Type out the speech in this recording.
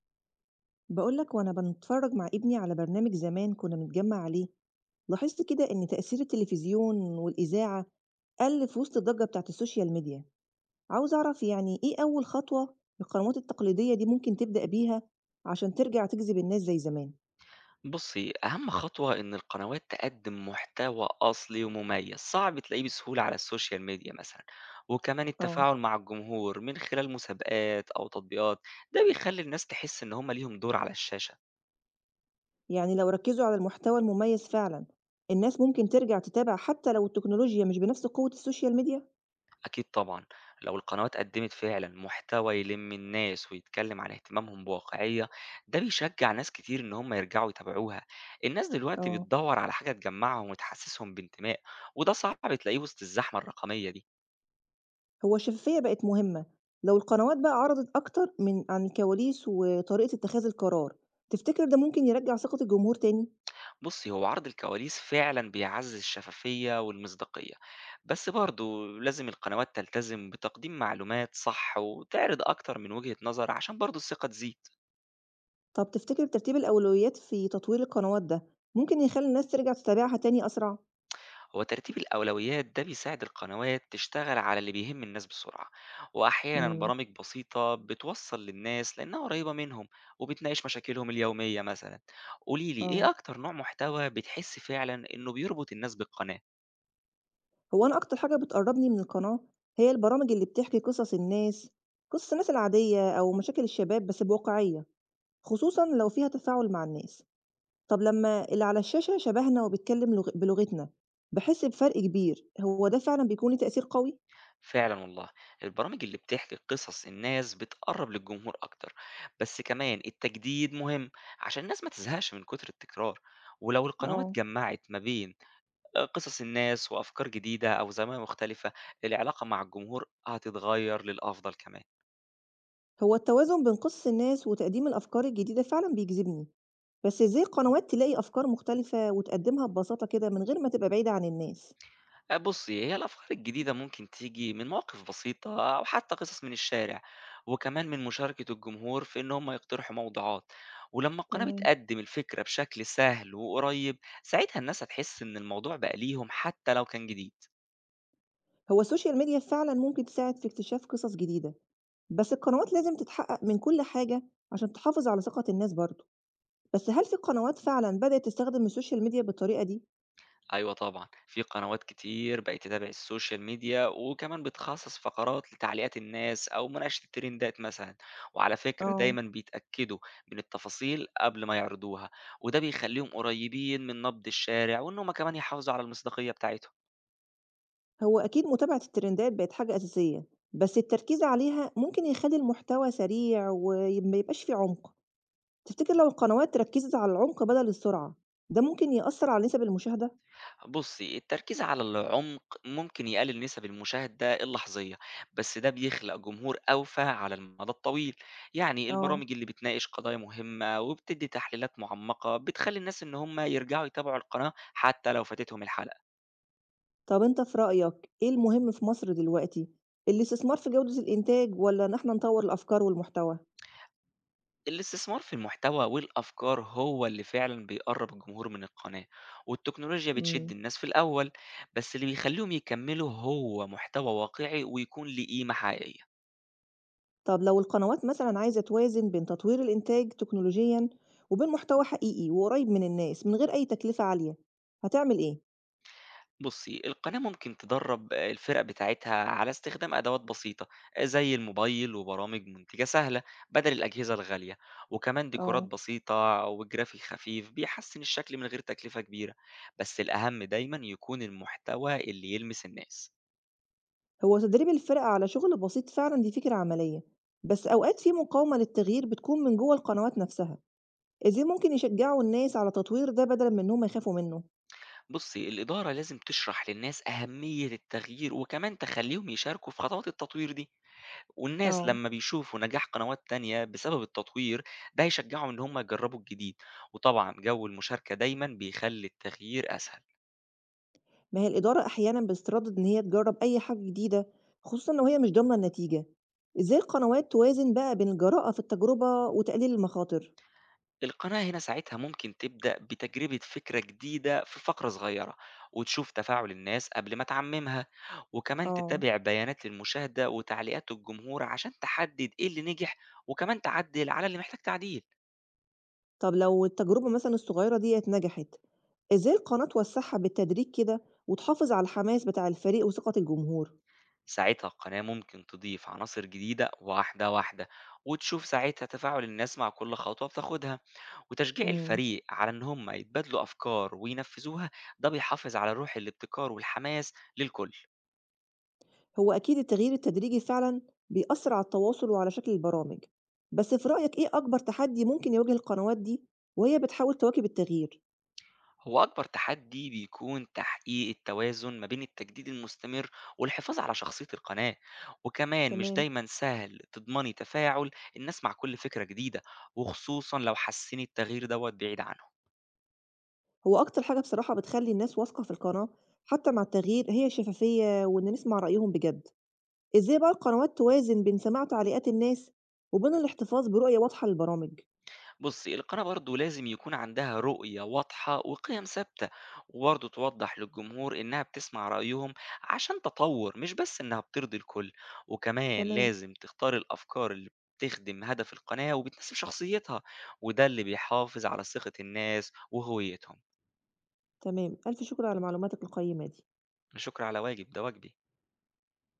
بقولك وأنا بنتفرج مع ابني على برنامج زمان كنا بنتجمع عليه. لاحظت كده إن تأثير التلفزيون والإذاعة قل في وسط الضجة بتاعت السوشيال ميديا. عاوز أعرف يعني إيه أول خطوة القنوات التقليدية دي ممكن تبدأ بيها عشان ترجع تجذب الناس زي زمان. بُصّي، أهم خطوة إن القنوات تقدّم محتوى أصلي ومميز، صعب تلاقيه بسهولة على الSocial media مثلًا، وكمان اه، التفاعل مع الجمهور من خلال مسابقات أو تطبيقات، ده بيخلّي الناس تحس إن هُم ليهم دور على الشاشة. يعني لو ركزوا على المحتوى المميز فعلا الناس ممكن ترجع تتابع حتى لو التكنولوجيا مش بنفس قوة السوشيال ميديا. أكيد طبعًا لو القنوات قدّمت فعلًا محتوى يلِم الناس ويتكلم عن اهتمامهم بواقعية، ده بيشجع ناس كتير إن هُم يرجعوا يتابعوها. الناس دلوقتي اه، بتدوّر على حاجة تجمّعهم وتحسسهم بانتماء، وده صعب تلاقيه وسط الزحمة الرقمية دي. هو الشفافية بقت مهمة، لو القنوات بقى عرضت أكتر من عن الكواليس وطريقة اتخاذ القرار، تفتكر ده ممكن يرجع ثقة الجمهور تاني؟ بُصّي، هو عرض الكواليس فعلًا بيعزّز الشفافية والمصداقية، بس برضه لازم القنوات تلتزم بتقديم معلومات صح وتعرض أكتر من وجهة نظر عشان برضه الثقة تزيد. طب تفتكر ترتيب الأولويات في تطوير القنوات ده ممكن يخلي الناس ترجع تتابعها تاني أسرع؟ هو ترتيب الأولويات ده بيساعد القنوات تشتغل على اللي بيهم الناس بسرعة، وأحيانًا امم برامج بسيطة بتوصّل للناس لأنها قريبة منهم وبتناقش مشاكلهم اليومية مثلًا. قولي لي إيه اه، أكتر نوع محتوى بتحسّي فعلًا إنه بيربط الناس بالقناة؟ هو أنا أكتر حاجة بتقربني من القناة هي البرامج اللي بتحكي قصص الناس، قصص الناس العادية أو مشاكل الشباب بس بواقعية، خصوصا لو فيها تفاعل مع الناس. طب لمّا اللي على الشاشة شبهنا وبيتكلّم لغ بلغتنا، باحس بفرق كبير، هو ده فعلًا بيكون ليه تأثير قوي؟ فعلًا والله، البرامج اللي بتحكي قصص الناس بتقرّب للجمهور أكتر، بس كمان التجديد مهم عشان الناس ما تزهقش من كتر التكرار، ولو القنوات آه. جمّعت ما بين قصص الناس وأفكار جديدة أو زوايا مختلفة، العلاقة مع الجمهور هتتغيّر للأفضل كمان. هو التوازن بين قِصّ الناس وتقديم الأفكار الجديدة فعلًا بيجذبني، بس إزاي القنوات تلاقي أفكار مختلفة وتقدّمها ببساطة كده من غير ما تبقى بعيدة عن الناس؟ بُصّي، هي الأفكار الجديدة ممكن تيجي من مواقف بسيطة أو حتى قصص من الشارع، وكمان من مشاركة الجمهور في إن هم يقترحوا موضوعات، ولمّا القناة تمام. بتقدّم الفكرة بشكل سهل وقريب، ساعتها الناس هتحس إن الموضوع بقى ليهم حتى لو كان جديد. هو السوشيال ميديا فعلًا ممكن تساعد في اكتشاف قِصص جديدة، بس القنوات لازم تتحقق من كل حاجة عشان تحافظ على ثقة الناس برضه، بس هل في قنوات فعلًا بدأت تستخدم السوشيال ميديا بالطريقة دي؟ أيوه طبعًا، في قنوات كتير بقت تتابع السوشيال ميديا، وكمان بتخصّص فقرات لتعليقات الناس أو مناقشة الترندات مثلًا، وعلى فكرة آه. دايمًا بيتأكدوا من التفاصيل قبل ما يعرضوها، وده بيخلّيهم قريبين من نبض الشارع، وإن هم كمان يحافظوا على المصداقية بتاعتهم. هو أكيد متابعة الترندات بقت حاجة أساسية، بس التركيز عليها ممكن يخلي المحتوى سريع وما يبقاش فيه عمق، تفتكر لو القنوات ركزت على العمق بدل السرعة ده ممكن يأثر على نسب المشاهدة؟ بُصّي، التركيز على العمق ممكن يقلل نسب المشاهدة اللحظية، بس ده بيخلق جمهور أوفى على المدى الطويل، يعني آه، البرامج اللي بتناقش قضايا مهمة وبتدي تحليلات معمقة بتخلي الناس إن هم يرجعوا يتابعوا القناة حتى لو فاتتهم الحلقة. طب أنت في رأيك إيه المهم في مصر دلوقتي؟ الاستثمار في جودة الإنتاج ولا إن إحنا نطور الأفكار والمحتوى؟ الاستثمار في المحتوى والأفكار هو اللي فعلًا بيقرب الجمهور من القناة، والتكنولوجيا بتشد مم. الناس في الأول، بس اللي بيخليهم يكملوا هو محتوى واقعي ويكون ليه قيمة حقيقية. طب لو القنوات مثلا عايزة توازن بين تطوير الإنتاج تكنولوجيا وبين محتوى حقيقي وقريب من الناس من غير أي تكلفة عالية هتعمل إيه؟ بُصّي، القناة ممكن تدرّب الفرق بتاعتها على استخدام أدوات بسيطة، زي الموبايل وبرامج منتجة سهلة بدل الأجهزة الغالية، وكمان ديكورات آه، بسيطة وجرافيك خفيف بيحسّن الشكل من غير تكلفة كبيرة، بس الأهم دايمًا يكون المحتوى اللي يلمس الناس. هو تدريب الفرقة على شغل بسيط فعلا دي فكرة عملية، بس أوقات في مقاومة للتغيير بتكون من جوه القنوات نفسها. إزاي ممكن يشجعوا الناس على تطوير ده بدل من إنهم يخافوا منه؟ بُصّي، الإدارة لازم تشرح للناس أهمية التغيير وكمان تخلّيهم يشاركوا في خطوات التطوير دي. والناس اه، لمّا بيشوفوا نجاح قنوات تانية بسبب التطوير، ده هيشجّعهم إن هم يجرّبوا الجديد، وطبعًا جو المشاركة دايمًا بيخلّي التغيير أسهل. ما هي الإدارة أحيانا بتتردد إن هي تجرب أي حاجة جديدة خصوصا لو هي مش ضامنة النتيجة. إزاي القنوات توازن بقى بين الجراءة في التجربة وتقليل المخاطر؟ القناة هنا ساعتها ممكن تبدأ بتجربة فكرة جديدة في فقرة صغيرة، وتشوف تفاعل الناس قبل ما تعممها، وكمان اه، تتابع بيانات المشاهدة وتعليقات الجمهور عشان تحدد إيه اللي نجح، وكمان تعدّل على اللي محتاج تعديل. طب لو التجربة مثلا الصغيرة ديت نجحت، إزاي القناة توسعها بالتدريج كده وتحافظ على الحماس بتاع الفريق وثقة الجمهور؟ ساعتها القناة ممكن تضيف عناصر جديدة واحدة واحدة، وتشوف ساعتها تفاعل الناس مع كل خطوة بتاخدها. وتشجيع امم الفريق على إن هم يتبادلوا أفكار وينفذوها ده بيحافظ على روح الابتكار والحماس للكل. هو أكيد التغيير التدريجي فعلًا بيأثّر على التواصل وعلى شكل البرامج، بس في رأيك إيه أكبر تحدي ممكن يواجه القنوات دي وهي بتحاول تواكب التغيير؟ هو أكبر تحدي بيكون تحقيق التوازن ما بين التجديد المستمر والحفاظ على شخصية القناة، وكمان مش تمام، دايما سهل تضمني تفاعل الناس مع كل فكرة جديدة، وخصوصا لو حاسين التغيير دوت بعيد عنهم. هو أكتر حاجة بصراحة بتخلّي الناس واثقة في القناة حتى مع التغيير هي الشفافية وإن نسمع رأيهم بجد، إزاي بقى القنوات توازن بين سماع تعليقات الناس وبين الاحتفاظ برؤية واضحة للبرامج؟ بصي القناة برضه لازم يكون عندها رؤية واضحة وقيم ثابتة، وبرضه توضح للجمهور إنها بتسمع رأيهم عشان تطور مش بس إنها بترضي الكل، وكمان تمام، لازم تختار الأفكار اللي بتخدم هدف القناة وبتناسب شخصيتها، وده اللي بيحافظ على ثقة الناس وهويتهم. تمام، ألف شكر على معلوماتك القيّمة دي. شكرا على واجب، ده واجبي.